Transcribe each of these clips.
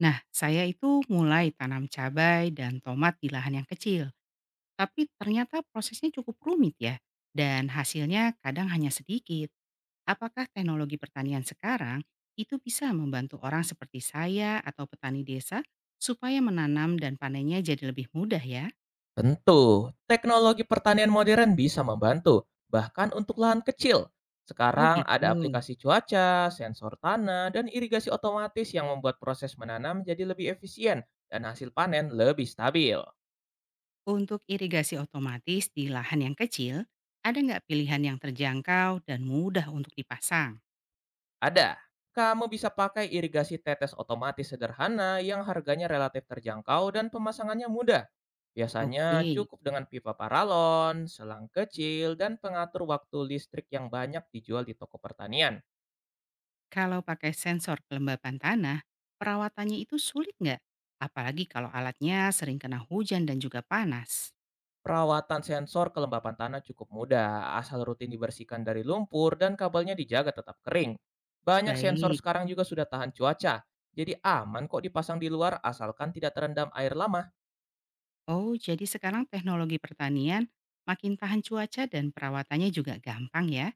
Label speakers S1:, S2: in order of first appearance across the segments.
S1: Nah, saya itu mulai tanam cabai dan tomat di lahan yang kecil, tapi ternyata prosesnya cukup rumit ya, dan hasilnya kadang hanya sedikit. Apakah teknologi pertanian sekarang itu bisa membantu orang seperti saya atau petani desa supaya menanam dan panennya jadi lebih mudah ya?
S2: Tentu, teknologi pertanian modern bisa membantu, bahkan untuk lahan kecil.
S1: Oh
S2: Sekarang ada
S1: gitu.
S2: aplikasi cuaca, sensor tanah, dan irigasi otomatis yang membuat proses menanam jadi lebih efisien dan hasil panen lebih stabil.
S1: Untuk irigasi otomatis di lahan yang kecil, ada nggak pilihan yang terjangkau dan mudah untuk dipasang?
S2: Ada. Kamu bisa pakai irigasi tetes otomatis sederhana yang harganya relatif terjangkau dan pemasangannya mudah. Biasanya
S1: Oke.
S2: cukup dengan pipa paralon, selang kecil, dan pengatur waktu listrik yang banyak dijual di toko pertanian.
S1: Kalau pakai sensor kelembapan tanah, perawatannya itu sulit nggak? Apalagi kalau alatnya sering kena hujan dan juga panas.
S2: Perawatan sensor kelembapan tanah cukup mudah, asal rutin dibersihkan dari lumpur dan kabelnya dijaga tetap kering. Banyak sensor
S1: Baik.
S2: sekarang juga sudah tahan cuaca, jadi aman kok dipasang di luar asalkan tidak terendam air lama.
S1: Oh, jadi sekarang teknologi pertanian makin tahan cuaca dan perawatannya juga gampang ya.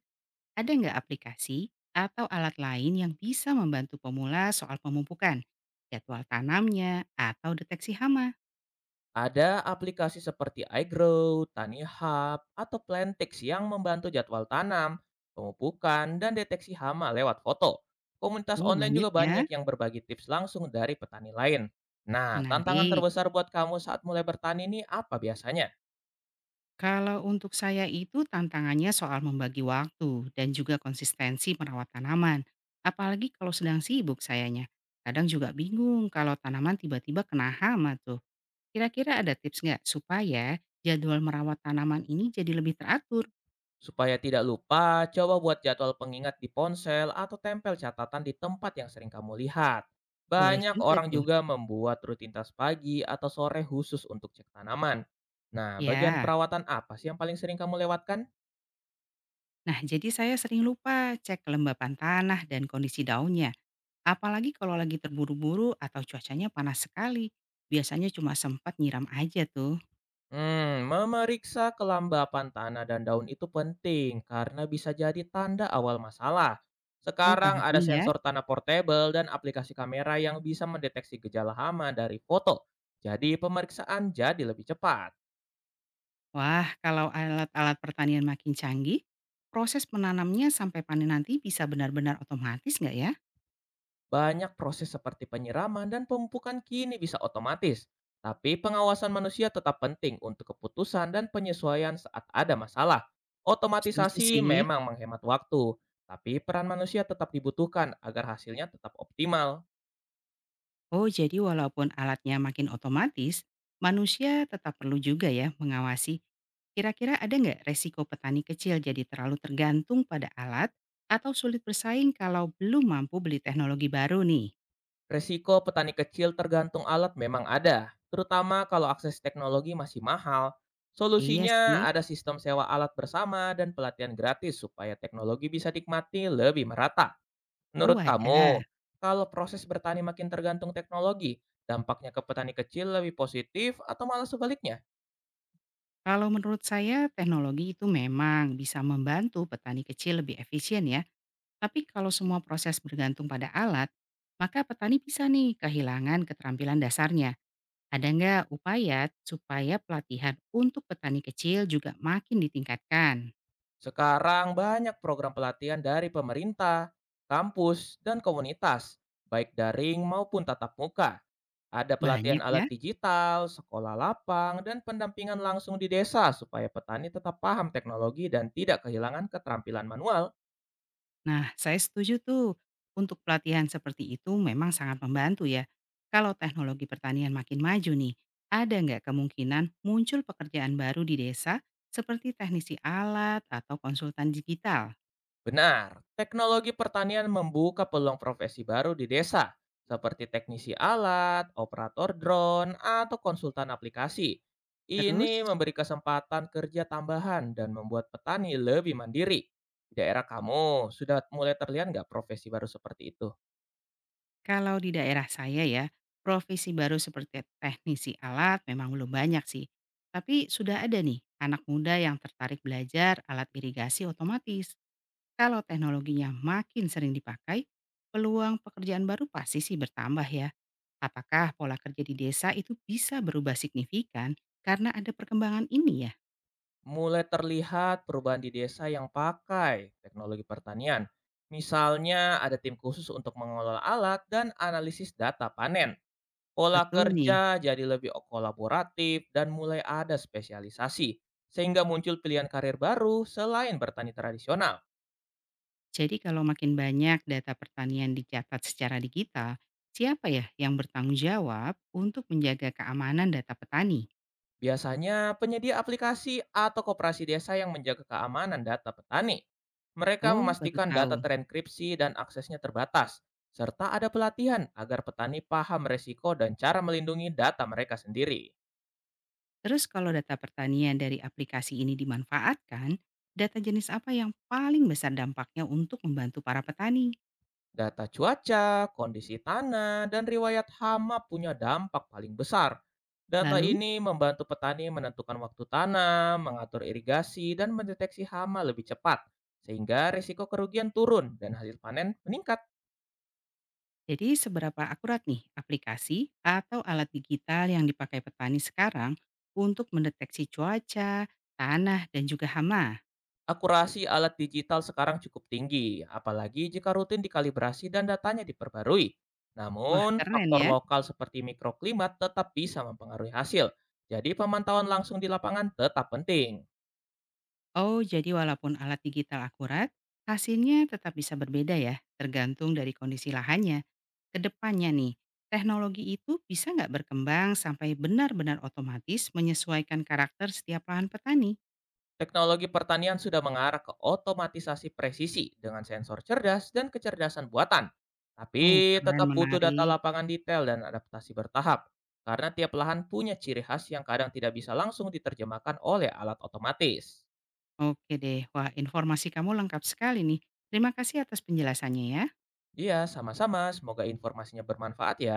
S1: Ada nggak aplikasi atau alat lain yang bisa membantu pemula soal pemupukan, jadwal tanamnya, atau deteksi hama?
S2: Ada aplikasi seperti iGrow, TaniHub, atau Plantix yang membantu jadwal tanam, pemupukan, dan deteksi hama lewat foto. Komunitas
S1: Oh,
S2: online
S1: banyak
S2: juga
S1: ya.
S2: banyak yang berbagi tips langsung dari petani lain. Nah, tantangan
S1: Menarik.
S2: terbesar buat kamu saat mulai bertani ini apa biasanya?
S1: Kalau untuk saya itu tantangannya soal membagi waktu dan juga konsistensi merawat tanaman. Apalagi kalau sedang sibuk sayanya. Kadang juga bingung kalau tanaman tiba-tiba kena hama tuh. Kira-kira ada tips nggak supaya jadwal merawat tanaman ini jadi lebih teratur?
S2: Supaya tidak lupa, coba buat jadwal pengingat di ponsel atau tempel catatan di tempat yang sering kamu lihat.
S1: Boleh
S2: Banyak
S1: juga
S2: orang
S1: tuh.
S2: juga membuat rutinitas pagi atau sore khusus untuk cek tanaman. Nah, bagian
S1: Ya,
S2: perawatan apa sih yang paling sering kamu lewatkan?
S1: nah jadi saya sering lupa cek kelembapan tanah dan kondisi daunnya. Apalagi kalau lagi terburu-buru atau cuacanya panas sekali. Biasanya cuma sempat nyiram aja tuh.
S2: Hmm, memeriksa kelembapan tanah dan daun itu penting karena bisa jadi tanda awal masalah.
S1: Oh
S2: Sekarang
S1: penting
S2: ada
S1: ya.
S2: sensor tanah portable dan aplikasi kamera yang bisa mendeteksi gejala hama dari foto. Jadi pemeriksaan jadi lebih cepat.
S1: Wah, kalau alat-alat pertanian makin canggih, proses menanamnya sampai panen nanti bisa benar-benar otomatis nggak ya?
S2: Banyak proses seperti penyiraman dan pemupukan kini bisa otomatis, tapi pengawasan manusia tetap penting untuk keputusan dan penyesuaian saat ada masalah.
S1: Setuju
S2: Otomatisasi
S1: sih.
S2: memang menghemat waktu, tapi peran manusia tetap dibutuhkan agar hasilnya tetap optimal.
S1: Oh, jadi walaupun alatnya makin otomatis, manusia tetap perlu juga ya mengawasi. Kira-kira ada nggak resiko petani kecil jadi terlalu tergantung pada alat atau sulit bersaing kalau belum mampu beli teknologi baru nih?
S2: Resiko petani kecil tergantung alat memang ada, terutama kalau akses teknologi masih mahal.
S1: Iya
S2: Solusinya
S1: sih.
S2: ada sistem sewa alat bersama dan pelatihan gratis supaya teknologi bisa dinikmati lebih merata.
S1: Oh,
S2: Menurut
S1: ada.
S2: kamu, kalau proses bertani makin tergantung teknologi, dampaknya ke petani kecil lebih positif atau malah sebaliknya?
S1: Kalau menurut saya, teknologi itu memang bisa membantu petani kecil lebih efisien ya. Tapi kalau semua proses bergantung pada alat, maka petani bisa nih kehilangan keterampilan dasarnya. Ada nggak upaya supaya pelatihan untuk petani kecil juga makin ditingkatkan?
S2: Sekarang banyak program pelatihan dari pemerintah, kampus, dan komunitas, baik daring maupun tatap muka. Ada pelatihan
S1: Banyak ya.
S2: alat digital, sekolah lapang, dan pendampingan langsung di desa supaya petani tetap paham teknologi dan tidak kehilangan keterampilan manual.
S1: Nah, saya setuju tuh. Untuk pelatihan seperti itu memang sangat membantu ya. Kalau teknologi pertanian makin maju nih, ada nggak kemungkinan muncul pekerjaan baru di desa seperti teknisi alat atau konsultan digital?
S2: Benar, teknologi pertanian membuka peluang profesi baru di desa, seperti teknisi alat, operator drone, atau konsultan aplikasi. Ini
S1: Terus?
S2: memberi kesempatan kerja tambahan dan membuat petani lebih mandiri. Di daerah kamu, sudah mulai terlihat nggak profesi baru seperti itu?
S1: Kalau di daerah saya ya, profesi baru seperti teknisi alat memang belum banyak sih. Tapi sudah ada nih anak muda yang tertarik belajar alat irigasi otomatis. Kalau teknologinya makin sering dipakai, peluang pekerjaan baru pasti sih bertambah ya. Apakah pola kerja di desa itu bisa berubah signifikan karena ada perkembangan ini ya?
S2: Mulai terlihat perubahan di desa yang pakai teknologi pertanian. Misalnya ada tim khusus untuk mengelola alat dan analisis data panen. Pola
S1: Betul nih.
S2: kerja jadi lebih kolaboratif dan mulai ada spesialisasi, sehingga muncul pilihan karir baru selain bertani tradisional.
S1: Jadi kalau makin banyak data pertanian dicatat secara digital, siapa ya yang bertanggung jawab untuk menjaga keamanan data petani?
S2: Biasanya penyedia aplikasi atau koperasi desa yang menjaga keamanan data petani. Mereka
S1: Oh, baru
S2: memastikan
S1: tahu.
S2: data terenkripsi dan aksesnya terbatas, serta ada pelatihan agar petani paham resiko dan cara melindungi data mereka sendiri.
S1: Terus kalau data pertanian dari aplikasi ini dimanfaatkan, data jenis apa yang paling besar dampaknya untuk membantu para petani?
S2: Data cuaca, kondisi tanah, dan riwayat hama punya dampak paling besar. Data
S1: Lalu,
S2: ini membantu petani menentukan waktu tanam, mengatur irigasi, dan mendeteksi hama lebih cepat, sehingga risiko kerugian turun dan hasil panen meningkat.
S1: jadi seberapa akurat nih aplikasi atau alat digital yang dipakai petani sekarang untuk mendeteksi cuaca, tanah, dan juga hama?
S2: Akurasi alat digital sekarang cukup tinggi, apalagi jika rutin dikalibrasi dan datanya diperbarui.
S1: Wah,
S2: Namun,
S1: keren
S2: faktor
S1: ya.
S2: lokal seperti mikroklimat tetap bisa mempengaruhi hasil. Jadi, pemantauan langsung di lapangan tetap penting.
S1: Oh, jadi walaupun alat digital akurat, hasilnya tetap bisa berbeda ya, tergantung dari kondisi lahannya. Kedepannya nih, teknologi itu bisa nggak berkembang sampai benar-benar otomatis menyesuaikan karakter setiap lahan petani?
S2: Teknologi pertanian sudah mengarah ke otomatisasi presisi dengan sensor cerdas dan kecerdasan buatan. Tapi
S1: Oh, keren,
S2: tetap butuh data
S1: menarik.
S2: lapangan detail dan adaptasi bertahap. Karena tiap lahan punya ciri khas yang kadang tidak bisa langsung diterjemahkan oleh alat otomatis.
S1: Oke deh, wah informasi kamu lengkap sekali nih. Terima kasih atas penjelasannya ya.
S2: Iya, sama-sama. Semoga informasinya bermanfaat ya.